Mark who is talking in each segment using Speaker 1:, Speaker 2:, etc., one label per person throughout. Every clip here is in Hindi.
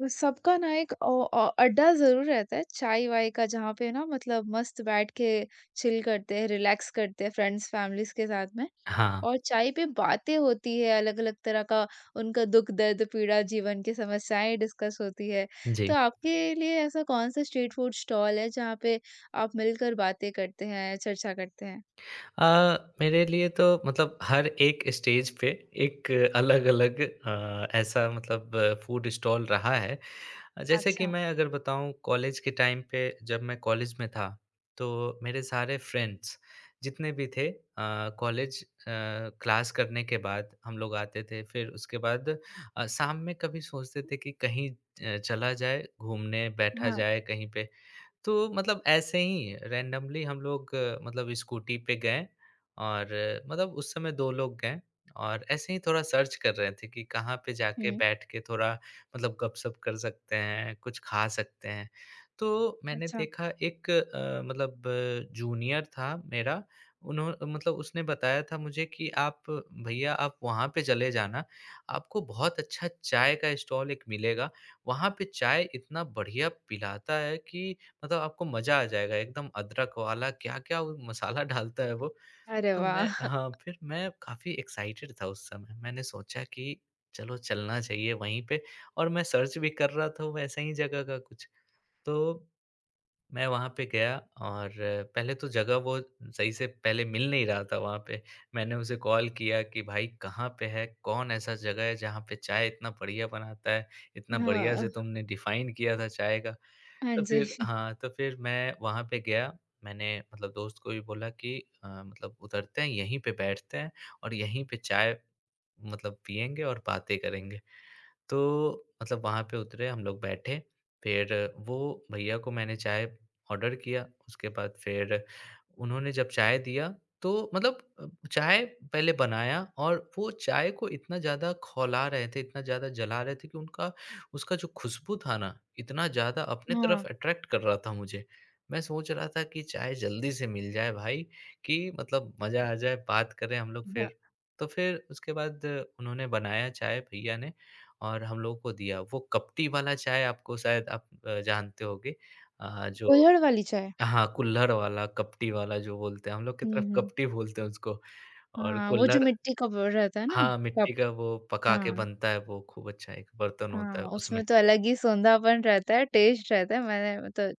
Speaker 1: वो सबका ना एक अड्डा ज़रूर रहता है, चाय-वाय का जहाँ पे ना मतलब मस्त बैठ के चिल करते हैं, रिलैक्स करते हैं फ्रेंड्स, फैमिलीज़ के साथ में
Speaker 2: हाँ,
Speaker 1: और चाय पे बातें होती है, अलग-अलग तरह का उनका दुःख, दर्द, पीड़ा, जीवन की समस्याएँ डिस्कस होती है।
Speaker 2: जी।
Speaker 1: तो आपके लिए ऐसा कौन-सा स्ट्रीट फूड स्टॉल है जहाँ पे आप मिलकर बातें करते हैं, चर्चा करते हैं?
Speaker 2: अ, मेरे लिए तो मतलब हर एक स्टेज पे एक अलग-अलग ऐसा मतलब फूड स्टॉल रहा है। जैसे कि
Speaker 1: अच्छा,
Speaker 2: मैं अगर बताऊँ कॉलेज के टाइम पे जब मैं कॉलेज में था, तो मेरे सारे फ्रेंड्स जितने भी थे, कॉलेज अ, क्लास करने के बाद हम लोग आते थे। फिर उसके बाद शाम में कभी सोचते थे कि कहीं चला जाए, घूमने बैठा
Speaker 1: हाँ।
Speaker 2: जाए कहीं पे। तो मतलब ऐसे ही रैंडमली हम लोग मतलब स्कूटी पे गए और मतलब उस समय 2 लोग गए और ऐसे ही थोड़ा सर्च कर रहे थे कि कहाँ पे जाके
Speaker 1: हुँ,
Speaker 2: बैठ के थोड़ा मतलब गपशप कर सकते हैं, कुछ खा सकते हैं। तो मैंने
Speaker 1: अच्छा।
Speaker 2: देखा एक मतलब जूनियर था मेरा, उन्हों मतलब उसने बताया था मुझे कि आप, भैया आप वहाँ पे चले जाना, आपको बहुत अच्छा चाय का स्टॉल एक मिलेगा। वहाँ पे चाय इतना बढ़िया पिलाता है कि मतलब आपको मज़ा आ जाएगा एकदम, अदरक वाला क्या-क्या वो मसाला डालता है वो।
Speaker 1: अरे
Speaker 2: तो
Speaker 1: वाह!
Speaker 2: मैं हाँ, फिर मैं काफ़ी एक्साइटेड था उस समय। मैंने सोचा कि चलो चलना चाहिए वहीं पे और मैं सर्च भी कर रहा था वैसा ही जगह का कुछ। तो मैं वहाँ पे गया और पहले तो जगह वो सही से पहले मिल नहीं रहा था वहाँ पे। मैंने उसे कॉल किया कि भाई कहाँ पे है? कौन ऐसा जगह है जहाँ पे चाय इतना बढ़िया बनाता है? इतना बढ़िया
Speaker 1: हाँ,
Speaker 2: से तुमने डिफ़ाइन किया था चाय का।
Speaker 1: हाँ
Speaker 2: तो फिर
Speaker 1: जी।
Speaker 2: हाँ, तो फिर मैं वहाँ पे गया। मैंने मतलब दोस्त को भी बोला कि मतलब उतरते हैं, यहीं पे बैठते हैं और यहीं पे चाय मतलब पिएँगे और बातें करेंगे। तो मतलब वहाँ पे उतरे, हम लोग बैठे, फिर वो भैया को मैंने चाय ऑर्डर किया, उसके बाद फिर उन्होंने जब चाय दिया, तो मतलब चाय पहले बनाया और वो चाय को इतना ज़्यादा खौला रहे थे, इतना ज़्यादा जला रहे थे कि उनका उसका जो खुशबू था ना, इतना ज़्यादा अपने
Speaker 1: हाँ,
Speaker 2: तरफ अट्रैक्ट कर रहा था मुझे। मैं सोच रहा था कि चाय जल्दी से मिल जाए भाई कि मतलब मज़ा आ जाए, बात करें हम लोग
Speaker 1: हाँ,
Speaker 2: फिर। तो फिर उसके बाद उन्होंने बनाया चाय भैया ने और हम लोगों को दिया। वो कपटी वाला चाय, आपको शायद, आप जानते होंगे अ, जो
Speaker 1: कुल्हड़ वाली चाय।
Speaker 2: हाँ, कुल्हड़ वाला, कपटी वाला जो बोलते हैं, हम लोग की
Speaker 1: हुँ,
Speaker 2: तरफ
Speaker 1: हुँ।
Speaker 2: कपटी बोलते हैं उसको। और
Speaker 1: हाँ, वो जो
Speaker 2: कुल्हड़,
Speaker 1: मिट्टी का वो रहता है ना
Speaker 2: हाँ,
Speaker 1: कप
Speaker 2: मिट्टी का वो पका के
Speaker 1: हाँ,
Speaker 2: बनता है, वो खूब अच्छा एक बर्तन होता
Speaker 1: हाँ,
Speaker 2: है उसमें।
Speaker 1: उसमें तो अलग ही सोंधापन रहता है, टेस्ट रहता है, मैंने मतलब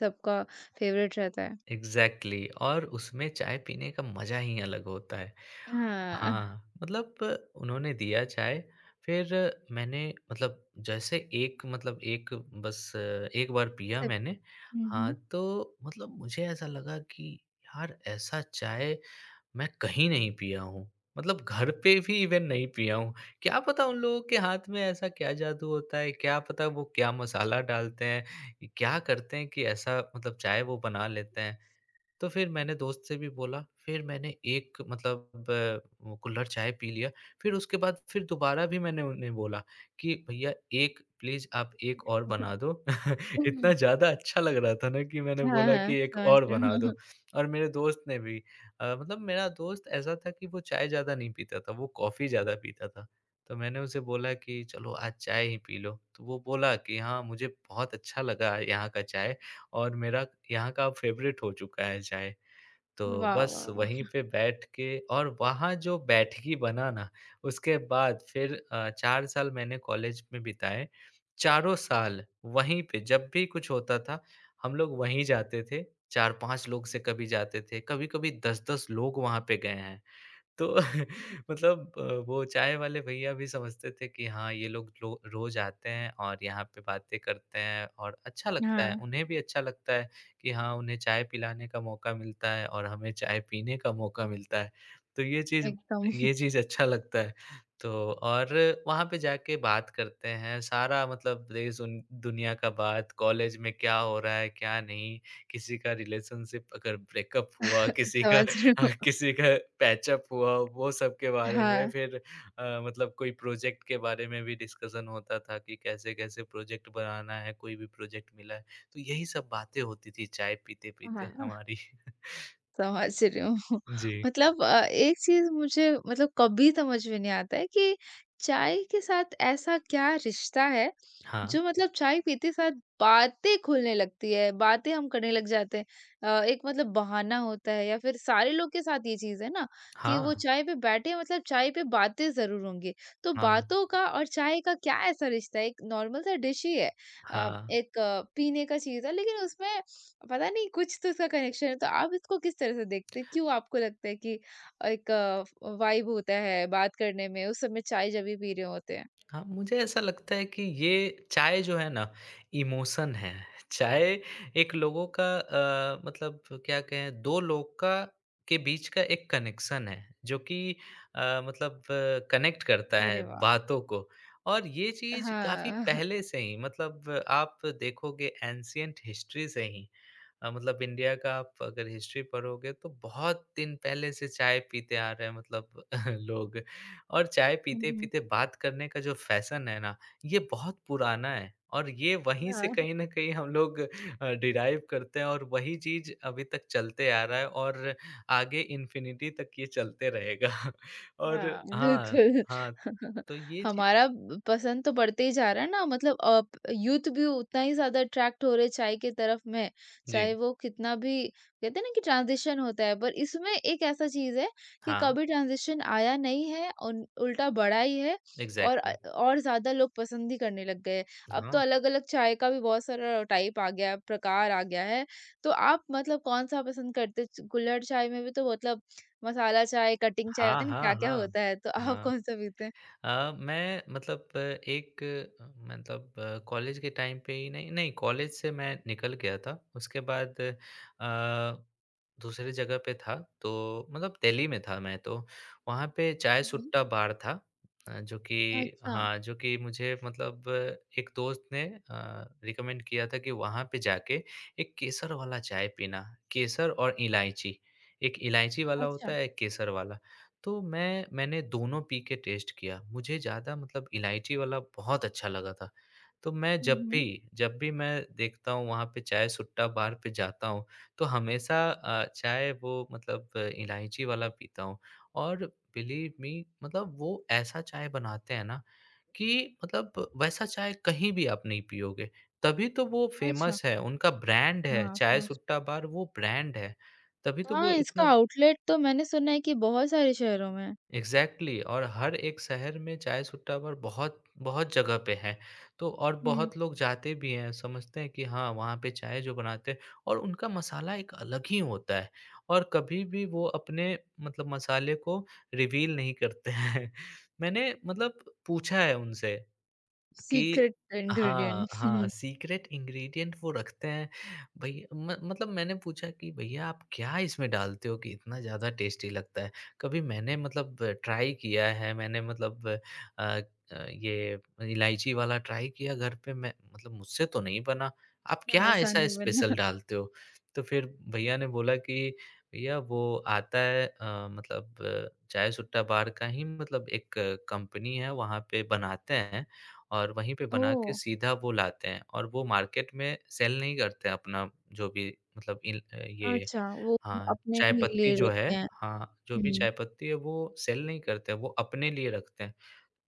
Speaker 1: सबका फेवरेट रहता है।
Speaker 2: एग्ज़ैक्टली, और उसमें चाय पीने का मज़ा ही अलग होता है।
Speaker 1: हाँ,
Speaker 2: हाँ, मतलब उन्होंने दिया चाय, फिर मैंने मतलब जैसे एक मतलब एक बस एक बार पिया
Speaker 1: सब
Speaker 2: मैंने,
Speaker 1: हुँ,
Speaker 2: हाँ,
Speaker 1: हुँ।
Speaker 2: तो मतलब मुझे ऐसा लगा कि यार ऐसा चाय मैं कहीं नहीं पिया हूँ। मतलब घर पे भी इवेन नहीं पिया हूँ। क्या पता उन लोगों के हाथ में ऐसा क्या जादू होता है, क्या पता वो क्या मसाला डालते हैं, क्या करते हैं कि ऐसा मतलब चाय वो बना लेते हैं। तो फिर मैंने दोस्त से भी बोला, फिर मैंने एक मतलब वो कुल्हड़ चाय पी लिया। फिर उसके बाद फिर दोबारा भी मैंने उन्हें बोला कि भैया, एक, प्लीज़ आप एक और बना दो। इतना ज़्यादा अच्छा लग रहा था ना कि मैंने
Speaker 1: हाँ,
Speaker 2: बोला
Speaker 1: हाँ,
Speaker 2: कि एक
Speaker 1: समझ
Speaker 2: और
Speaker 1: रही हूँ।
Speaker 2: बना
Speaker 1: हाँ,
Speaker 2: दो।
Speaker 1: हाँ।
Speaker 2: और मेरे दोस्त ने भी, मतलब मेरा दोस्त ऐसा था कि वो चाय ज़्यादा नहीं पीता था, वो कॉफ़ी ज़्यादा पीता था। तो मैंने उसे बोला कि चलो आज चाय ही पी लो। तो वो बोला कि हाँ, मुझे बहुत अच्छा लगा यहाँ का चाय। और मेरा यहाँ का फ़ेवरेट हो चुका है चाय। तो
Speaker 1: वाह,
Speaker 2: बस
Speaker 1: वाह,
Speaker 2: वहीं
Speaker 1: वाह!
Speaker 2: पे बैठ के, और वहाँ जो बैठकी बना ना, उसके बाद फिर 4 साल मैंने कॉलेज में बिताए। चारों साल वहीं पे, जब भी कुछ होता था, हम लोग वहीं जाते थे। 4-5 लोग से कभी जाते थे, कभी-कभी 10-10 लोग वहाँ पे गए हैं। तो मतलब वो चाय वाले भैया भी समझते थे कि हाँ, ये लोग रो रोज़ आते हैं और यहाँ पे बातें करते हैं, और अच्छा, हाँ, लगता
Speaker 1: हाँ,
Speaker 2: है। उन्हें भी अच्छा लगता है कि हाँ, उन्हें चाय पिलाने का मौका मिलता है और हमें चाय पीने का मौका मिलता है। तो
Speaker 1: एकदम
Speaker 2: ये चीज़ अच्छा लगता है। तो और वहाँ पे जाके बात करते हैं, सारा मतलब देश, उन दुनिया का बात, कॉलेज में क्या हो रहा है, क्या नहीं, किसी का रिलेशनशिप अगर ब्रेकअप हुआ, किसी का,
Speaker 1: समझ रही
Speaker 2: हाँ,
Speaker 1: हूँ।
Speaker 2: किसी का पैचअप हुआ, वो सब के बारे में,
Speaker 1: हाँ,
Speaker 2: फिर मतलब कोई प्रोजेक्ट के बारे में भी डिस्कशन होता था कि कैसे-कैसे प्रोजेक्ट बनाना है, कोई भी प्रोजेक्ट मिला है। तो यही सब बातें होती थी चाय पीते-पीते
Speaker 1: हाँ,
Speaker 2: हमारी।
Speaker 1: समझ रही हूँ।
Speaker 2: जी।
Speaker 1: मतलब एक चीज़ मुझे मतलब कभी समझ में नहीं आता है कि चाय के साथ ऐसा क्या रिश्ता है
Speaker 2: हाँ।
Speaker 1: जो मतलब चाय पीते साथ बातें खुलने लगती है, बातें हम करने लग जाते हैं। एक मतलब बहाना होता है या फिर सारे लोग के साथ ये चीज़ है ना कि
Speaker 2: हाँ,
Speaker 1: वो चाय पे बैठे हैं मतलब चाय पे बातें ज़रूर होंगी। तो
Speaker 2: हाँ,
Speaker 1: बातों का और चाय का क्या ऐसा रिश्ता है? एक नॉर्मल सा डिश ही है।
Speaker 2: हाँ।
Speaker 1: एक पीने का चीज़ है लेकिन उसमें पता नहीं कुछ तो इसका कनेक्शन है। तो आप इसको किस तरह से देखते हैं? क्यों आपको लगता है कि एक वाइब होता है बात करने में उस समय चाय जब भी पी रहे होते हैं?
Speaker 2: हाँ, मुझे ऐसा लगता है कि ये चाय जो है ना, इमोशन है। चाय एक लोगों का, मतलब क्या कहें, 2 लोग का, के बीच का एक कनेक्शन है, जो कि मतलब कनेक्ट करता है
Speaker 1: अरे वाह!
Speaker 2: बातों को। और ये चीज़ काफ़ी
Speaker 1: हाँ।
Speaker 2: पहले से ही, मतलब आप देखोगे एंशिएंट हिस्ट्री से ही, मतलब इंडिया का आप अगर हिस्ट्री पढ़ोगे तो बहुत दिन पहले से चाय पीते आ रहे हैं मतलब लोग, और चाय
Speaker 1: हुँ, हुँ।
Speaker 2: पीते-पीते बात करने का जो फ़ैशन है ना, ये बहुत पुराना है, और ये वहीं से
Speaker 1: हाँ,
Speaker 2: कहीं न कहीं हम लोग डिराइव करते हैं और वही चीज़ अभी तक चलते आ रहा है और आगे इन्फ़िनिटी तक ये चलते रहेगा। और
Speaker 1: हाँ,
Speaker 2: हाँ,
Speaker 1: बिल्कुल।
Speaker 2: हाँ, तो ये चीज़,
Speaker 1: हमारा पसंद तो बढ़ते ही जा रहा है ना मतलब अब यूथ भी उतना ही ज़्यादा अट्रैक्ट हो रहे हैं चाय की तरफ में,
Speaker 2: जी,
Speaker 1: चाहे वो कितना भी कहते हैं ना कि ट्रांज़िशन होता है, पर इसमें एक ऐसा चीज़ है कि
Speaker 2: हाँ,
Speaker 1: कभी ट्रांज़िशन आया नहीं है उन उल्टा बढ़ा ही है और
Speaker 2: एग्ज़ैक्टली,
Speaker 1: ज़्यादा लोग पसंद ही करने लग गए हैं। अब तो
Speaker 2: हाँ,
Speaker 1: अलग-अलग चाय का भी बहुत सारा टाइप आ गया है, प्रकार आ गया है। तो आप मतलब कौन-सा पसंद करते च कुल्हड़ चाय में भी तो मतलब मसाला चाय, कटिंग चाय
Speaker 2: हाँ,
Speaker 1: पता नहीं
Speaker 2: हाँ,
Speaker 1: क्या-क्या
Speaker 2: हाँ,
Speaker 1: होता है, तो आप
Speaker 2: हाँ।
Speaker 1: कौन सा पीते हैं?
Speaker 2: मैं मतलब अ, एक अ, मतलब अ, कॉलेज के टाइम पे ही, नहीं नहीं, कॉलेज से मैं निकल गया था। उसके बाद दूसरी जगह पे था, तो मतलब दिल्ली में था मैं तो। वहाँ पे चाय
Speaker 1: हुँ,
Speaker 2: सुट्टा बार था, जो कि,
Speaker 1: अच्छा।
Speaker 2: हाँ, जो कि मुझे मतलब एक दोस्त ने रिकमेंड किया था कि वहाँ पे जाके एक केसर वाला चाय पीना, केसर और इलायची। एक इलायची वाला
Speaker 1: अच्छा।
Speaker 2: होता है, एक केसर वाला। तो मैंने दोनों पी के टेस्ट किया। मुझे ज़्यादा मतलब इलायची वाला बहुत अच्छा लगा था। तो मैं
Speaker 1: हुँ, हुँ।
Speaker 2: जब भी मैं देखता हूँ, वहाँ पे चाय सुट्टा बार पे जाता हूँ, तो हमेशा चाय वो मतलब इलायची वाला पीता हूँ। और बिलीव मी, मतलब वो ऐसा चाय बनाते हैं ना कि मतलब वैसा चाय कहीं भी आप नहीं पियोगे। तभी तो वो
Speaker 1: अच्छा,
Speaker 2: फ़ेमस है, उनका ब्रांड है,
Speaker 1: हाँ,
Speaker 2: चाय
Speaker 1: समझ
Speaker 2: सुट्टा बार वो ब्रांड है। तभी तो वो
Speaker 1: हाँ, इसका
Speaker 2: इतना,
Speaker 1: आउटलेट तो मैंने सुना है कि बहुत सारे शहरों में है।
Speaker 2: एग्ज़ैक्टली, और हर एक शहर में चाय-सुट्टा पर बहुत बहुत जगह पे है। तो और
Speaker 1: हुँ,
Speaker 2: बहुत लोग जाते भी हैं, समझते हैं कि हाँ, वहाँ पे चाय जो बनाते हैं, और उनका मसाला एक अलग ही होता है, और कभी भी वो अपने मतलब मसाले को रिवील नहीं करते हैं। मैंने मतलब पूछा है उनसे कि
Speaker 1: सीक्रेट
Speaker 2: हाँ, हाँ,
Speaker 1: इंग्रीडिएंट
Speaker 2: सीक्रेट इंग्रीडिएंट वो रखते हैं। भई, म मतलब मैंने पूछा कि भैया, आप क्या इसमें डालते हो कि इतना ज़्यादा टेस्टी लगता है? कभी मैंने मतलब ट्राई किया है, मैंने मतलब अ ये इलायची वाला ट्राई किया घर पे, मैं मतलब मुझसे तो नहीं बना। आप क्या
Speaker 1: वैसा
Speaker 2: ऐसा
Speaker 1: नहीं
Speaker 2: स्पेशल
Speaker 1: बना।
Speaker 2: डालते हो? तो फिर भैया ने बोला कि भैया वो आता है, मतलब चाय सुट्टा बार का ही मतलब एक कंपनी है, वहाँ पे बनाते हैं। और वहीं पे बना
Speaker 1: ओह!
Speaker 2: के सीधा वो लाते हैं, और वो मार्केट में सेल नहीं करते हैं अपना। जो भी मतलब इन ये
Speaker 1: अच्छा, वो
Speaker 2: हाँ,
Speaker 1: अपने
Speaker 2: चाय
Speaker 1: ही
Speaker 2: पत्ती
Speaker 1: लिए
Speaker 2: जो है,
Speaker 1: रखे हैं।
Speaker 2: हाँ, जो भी
Speaker 1: हुँ,
Speaker 2: चाय पत्ती है वो सेल नहीं करते हैं, वो अपने लिए रखते हैं।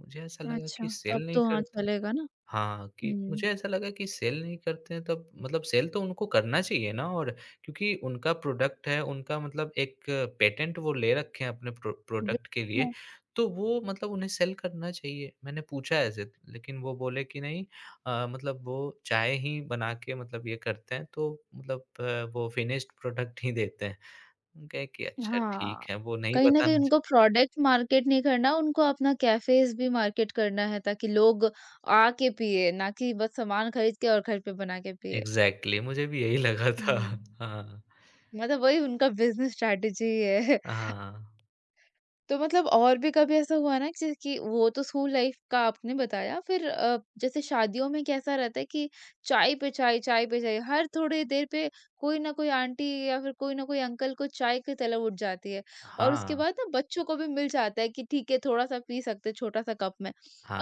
Speaker 2: मुझे ऐसा लगा
Speaker 1: अच्छा,
Speaker 2: कि
Speaker 1: तब
Speaker 2: सेल नहीं
Speaker 1: तो हाँ,
Speaker 2: करते,
Speaker 1: चलेगा ना।
Speaker 2: हाँ, कि
Speaker 1: हुँ,
Speaker 2: मुझे ऐसा लगा कि सेल नहीं करते हैं, तब मतलब सेल तो उनको करना चाहिए ना, और क्योंकि उनका प्रोडक्ट है, उनका मतलब एक पेटेंट वो ले रखे हैं अपने प्रोडक्ट के लिए, तो वो मतलब उन्हें सेल करना चाहिए। मैंने पूछा ऐसे लेकिन वो बोले कि नहीं, मतलब वो चाय ही बना के मतलब ये करते हैं, तो मतलब वो फिनिश्ड प्रोडक्ट ही देते हैं। हम कहे कि अच्छा ठीक
Speaker 1: हाँ,
Speaker 2: है, वो नहीं
Speaker 1: कहीं न कहीं
Speaker 2: बताना चा
Speaker 1: उनको प्रोडक्ट मार्केट नहीं करना, उनको अपना कैफ़ेज़ भी मार्केट करना है ताकि लोग आके पिएँ, ना कि बस सामान खरीद के और घर पे बना के पिएँ।
Speaker 2: एग्ज़ैक्टली, मुझे भी यही लगा था।
Speaker 1: हुँ।
Speaker 2: हाँ।
Speaker 1: मतलब वही उनका बिज़नेस स्ट्रैटेजी है।
Speaker 2: हाँ।
Speaker 1: तो मतलब और भी कभी ऐसा हुआ ना जैसे कि वो तो स्कूल लाइफ का आपने बताया फिर जैसे शादियों में कैसा रहता है कि चाय पे चाय हर थोड़ी देर पे कोई ना कोई आंटी या फिर कोई ना कोई अंकल को चाय की तलब उठ जाती है और उसके
Speaker 2: हाँ,
Speaker 1: बाद ना बच्चों को भी मिल जाता है कि ठीक है थोड़ा सा पी सकते हैं, छोटा सा कप में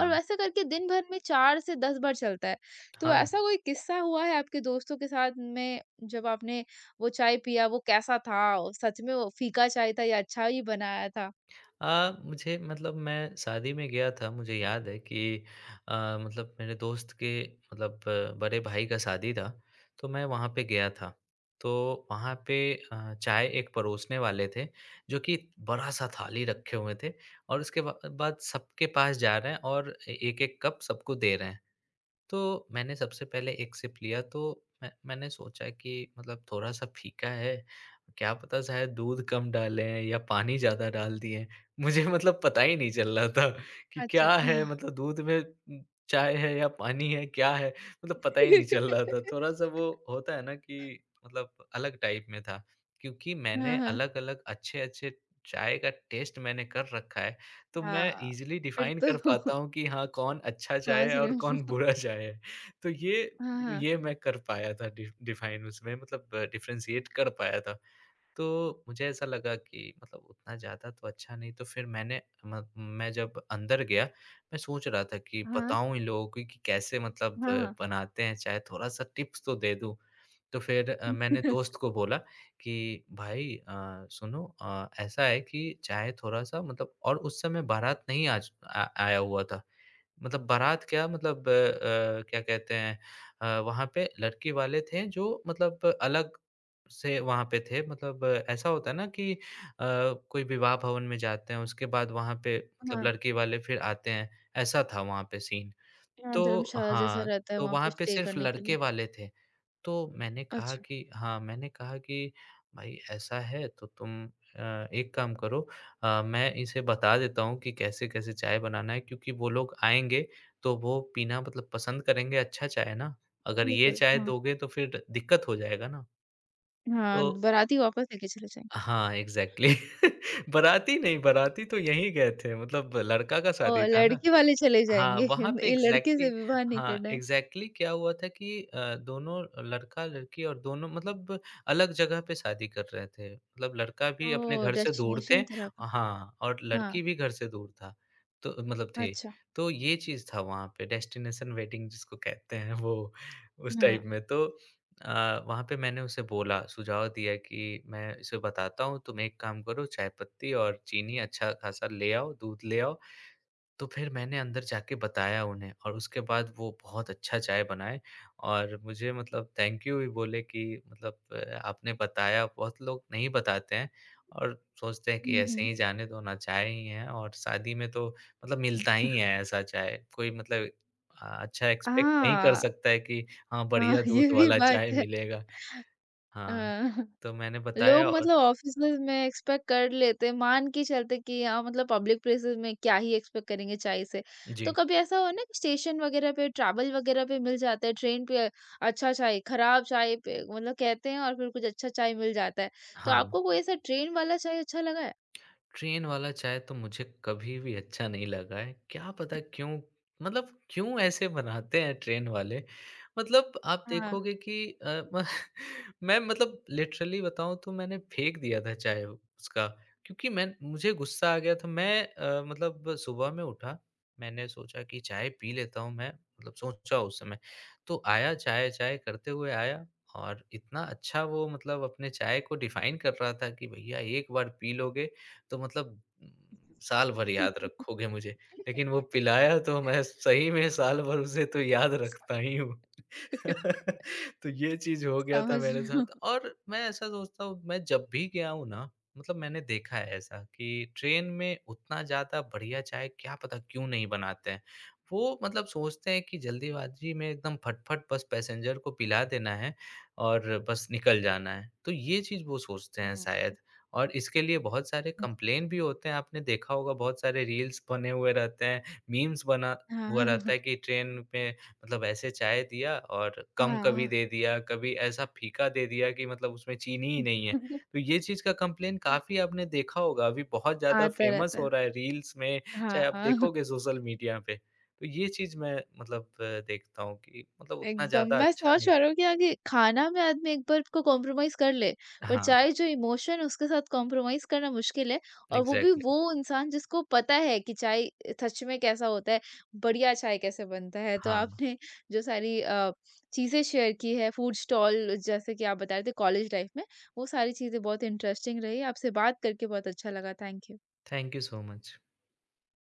Speaker 1: और वैसे करके दिन भर में 4 से 10 बार चलता है तो
Speaker 2: हाँ,
Speaker 1: ऐसा कोई किस्सा हुआ है आपके दोस्तों के साथ में जब आपने वो चाय पिया वो कैसा था सच में वो फीका चाय था या अच्छा ही बनाया था
Speaker 2: मुझे मतलब मैं शादी में गया था, मुझे याद है कि मतलब मेरे दोस्त के मतलब बड़े भाई का शादी था, तो मैं वहाँ पे गया था। तो वहाँ पे चाय एक परोसने वाले थे, जो कि बड़ा-सा थाली रखे हुए थे, और उसके बा बाद सबके पास जा रहे हैं और ए एक-एक कप सबको दे रहे हैं। तो मैंने सबसे पहले एक सिप लिया, तो मैंने सोचा कि मतलब थोड़ा-सा फीका है, क्या पता शायद दूध कम डाले हैं या पानी ज़्यादा डाल दिए हैं। मुझे मतलब पता ही नहीं चल रहा था कि
Speaker 1: अच्छा।
Speaker 2: क्या है, मतलब दूध में, चाय है या पानी है, क्या है? मतलब पता ही नहीं चल रहा था। थोड़ा-सा वो होता है ना कि मतलब अलग टाइप में था क्योंकि मैंने
Speaker 1: हाँ, हाँ।
Speaker 2: अलग-अलग अच्छे-अच्छे चाय का टेस्ट मैंने कर रखा है। तो
Speaker 1: हाँ,
Speaker 2: मैं
Speaker 1: हाँ,
Speaker 2: ईज़िली
Speaker 1: फिर
Speaker 2: डिफ़ाइन कर
Speaker 1: तो
Speaker 2: पाता हूँ कि हाँ, कौन अच्छा चाय
Speaker 1: समझ
Speaker 2: है
Speaker 1: रही
Speaker 2: और कौन
Speaker 1: हूँ।
Speaker 2: बुरा चाय है। तो ये
Speaker 1: हाँ, हाँ।
Speaker 2: ये मैं कर पाया था डि डिफ़ाइन उसमें मतलब डिफ़रेंशिएट कर पाया था। तो मुझे ऐसा लगा कि मतलब उतना ज़्यादा तो अच्छा नहीं तो फिर मैं जब अंदर गया, मैं सोच रहा था कि
Speaker 1: हाँ,
Speaker 2: बताऊँ इन लोगों को कि कैसे मतलब
Speaker 1: हाँ, हाँ।
Speaker 2: बनाते हैं चाय, थोड़ा-सा टिप्स तो दे दूँ। तो फिर मैंने दोस्त को बोला कि भाई सुनो ऐसा है कि चाहे थोड़ा-सा मतलब और उस समय बारात नहीं आज आ आया हुआ था। मतलब बारात क्या मतलब क्या कहते हैं वहाँ पे लड़की वाले थे जो मतलब अलग से वहाँ पे थे। मतलब ऐसा होता है ना कि कोई विवाह भवन में जाते हैं उसके बाद वहाँ पे मतलब
Speaker 1: हाँ,
Speaker 2: लड़की वाले फिर आते हैं, ऐसा था वहाँ पे सीन।
Speaker 1: यहाँ
Speaker 2: तो
Speaker 1: धर्मशाला जैसा
Speaker 2: हाँ,
Speaker 1: रहता है
Speaker 2: तो
Speaker 1: वहाँ
Speaker 2: वहाँ
Speaker 1: पे
Speaker 2: पे
Speaker 1: स्टे
Speaker 2: सिर्फ़
Speaker 1: करने के लिए।
Speaker 2: लड़के वाले थे। तो मैंने कहा
Speaker 1: अच्छा,
Speaker 2: कि हाँ, मैंने कहा कि भाई ऐसा है तो तुम एक काम करो, मैं इसे बता देता हूँ कि कैसे-कैसे चाय बनाना है क्योंकि वो लोग आएँगे तो वो पीना मतलब पसंद करेंगे, अच्छा चाय है ना। अगर ये
Speaker 1: बिल्कुल,
Speaker 2: चाय
Speaker 1: हाँ।
Speaker 2: दोगे तो फिर दिक्कत हो जाएगा ना। तो
Speaker 1: हाँ, बाराती वापस लेके चले जाएँगे।
Speaker 2: हाँ, एग्ज़ैक्टली बाराती नहीं, बाराती तो यहीं गए थे मतलब लड़का का शादी
Speaker 1: ओह!
Speaker 2: था ना।
Speaker 1: लड़के वाले चले
Speaker 2: हाँ,
Speaker 1: जाएँगे।
Speaker 2: वहाँ पे
Speaker 1: ये लड़के से
Speaker 2: एग्ज़ैक्टली
Speaker 1: विवाह नहीं
Speaker 2: हाँ,
Speaker 1: करना है।
Speaker 2: एग्ज़ैक्टली क्या हुआ था कि दोनों लड़का-लड़की और दोनों मतलब अलग जगह पे शादी कर रहे थे। मतलब लड़का भी अपने
Speaker 1: ओह!
Speaker 2: घर से दूर थे,
Speaker 1: डेस्टिनेशन तरह का।
Speaker 2: हाँ, और
Speaker 1: हाँ,
Speaker 2: लड़की भी घर से दूर था। तो मतलब थे।
Speaker 1: अच्छा।
Speaker 2: तो ये चीज़ था वहाँ पे डेस्टिनेशन वेडिंग जिसको कहते हैं वो, उस
Speaker 1: हाँ।
Speaker 2: टाइप में। तो वहाँ पे मैंने उसे बोला, सुझाव दिया कि मैं इसे बताता हूँ, तुम एक काम करो चाय पत्ती और चीनी अच्छा-खासा ले आओ, दूध ले आओ। तो फिर मैंने अंदर जाके बताया उन्हें और उसके बाद वो बहुत अच्छा चाय बनाए और मुझे मतलब थैंक यू भी बोले कि मतलब आपने बताया, बहुत लोग नहीं बताते हैं और सोचते हैं कि
Speaker 1: हुँ,
Speaker 2: ऐसे
Speaker 1: हुँ।
Speaker 2: ही जाने दो ना चाय ही है और शादी में तो मतलब मिलता
Speaker 1: अच्छा।
Speaker 2: ही है ऐसा चाय, कोई मतलब अच्छा एक्सपेक्ट नहीं कर
Speaker 1: हाँ,
Speaker 2: सकता है कि हाँ
Speaker 1: हाँ,
Speaker 2: बढ़िया
Speaker 1: ये
Speaker 2: दूध
Speaker 1: भी
Speaker 2: वाला चाय
Speaker 1: बात है।
Speaker 2: मिलेगा। हाँ,
Speaker 1: हाँ।
Speaker 2: तो मैंने बताया।
Speaker 1: लोग
Speaker 2: और
Speaker 1: मतलब ऑफिसेज़ में एक्सपेक्ट कर लेते हैं, मान के चलते कि हाँ, मतलब पब्लिक प्लेसेस में क्या ही एक्सपेक्ट करेंगे चाय से। तो
Speaker 2: जी
Speaker 1: कभी ऐसा हुआ ना कि स्टेशन वगैरह पे, ट्रैवल वगैरह पे मिल जाता है, ट्रेन पे अच्छा चाय, खराब चाय पे मतलब कहते हैं और फिर कुछ अच्छा चाय मिल जाता है। तो
Speaker 2: हाँ,
Speaker 1: आपको कोई ऐसा ट्रेन वाला चाय अच्छा लगा है?
Speaker 2: ट्रेन वाला चाय तो मुझे कभी भी अच्छा नहीं लगा है। क्या पता क्यों, मतलब क्यों ऐसे बनाते हैं ट्रेन वाले? मतलब आप
Speaker 1: हाँ।
Speaker 2: देखोगे कि अ, म मैं मतलब लिटरली बताऊँ तो मैंने फेंक दिया था चाय उसका क्योंकि मैं मुझे गुस्सा आ गया था। मैं मतलब सुबह में उठा, मैंने सोचा कि चाय पी लेता हूँ मैं, मतलब सोचा उस समय। तो आया चाय, चाय करते हुए आया और इतना अच्छा वो मतलब अपने चाय को डिफ़ाइन कर रहा था कि भैया एक बार पी लोगे तो मतलब साल भर याद रखोगे मुझे। लेकिन वो पिलाया तो मैं सही में साल भर उसे तो याद रखता ही हूँ। तो ये चीज़ हो गया था
Speaker 1: समझ रही
Speaker 2: मेरे
Speaker 1: हूँ।
Speaker 2: साथ और मैं ऐसा सोचता हूँ मैं जब भी गया हूँ ना, मतलब मैंने देखा है ऐसा कि ट्रेन में उतना ज़्यादा बढ़िया चाय क्या पता क्यों नहीं बनाते हैं। वो मतलब सोचते हैं कि जल्दीबाजी में एकदम फट-फट बस पैसेंजर को पिला देना है और बस निकल जाना है। तो ये चीज़ वो सोचते हैं
Speaker 1: हाँ।
Speaker 2: शायद, और इसके लिए बहुत सारे कंप्लेन भी होते हैं। आपने देखा होगा बहुत सारे रील्स बने हुए रहते हैं, मीम्स बना हुआ रहता
Speaker 1: हाँ।
Speaker 2: है कि ट्रेन में मतलब ऐसे चाय दिया और कम कभी
Speaker 1: हाँ।
Speaker 2: दे दिया, कभी ऐसा फीका दे दिया कि मतलब उसमें चीनी ही नहीं है। तो ये चीज़ का कम्प्लेन काफ़ी आपने देखा होगा, अभी बहुत ज़्यादा
Speaker 1: आता
Speaker 2: फ़ेमस
Speaker 1: रहता
Speaker 2: हो
Speaker 1: है।
Speaker 2: रहा है रील्स में, चाहे आप
Speaker 1: हाँ।
Speaker 2: देखोगे सोशल मीडिया पे। तो ये चीज़ मैं मतलब देखता हूँ कि मतलब उतना
Speaker 1: एकदम,
Speaker 2: ज़्यादा
Speaker 1: मैं
Speaker 2: अच्छा
Speaker 1: समझ
Speaker 2: नहीं।
Speaker 1: पा रही हूँ कि आगे खाना में आदमी एक बार को कॉम्प्रोमाइज़ कर ले, पर
Speaker 2: हाँ,
Speaker 1: चाहे जो इमोशन है उसके साथ कॉम्प्रोमाइज़ करना मुश्किल है और वो भी
Speaker 2: एग्ज़ैक्टली।
Speaker 1: वो इंसान जिसको पता है कि चाय सच में कैसा होता है, बढ़िया चाय कैसे बनता है। तो
Speaker 2: हाँ,
Speaker 1: आपने जो सारी चीज़ें शेयर की है फूड स्टॉल जैसे कि आप बता रहे थे कॉलेज लाइफ में, वो सारी चीज़ें बहुत इंटरेस्टिंग रही। आपसे बात करके बहुत अच्छा लगा। Thank you.
Speaker 2: Thank you so much.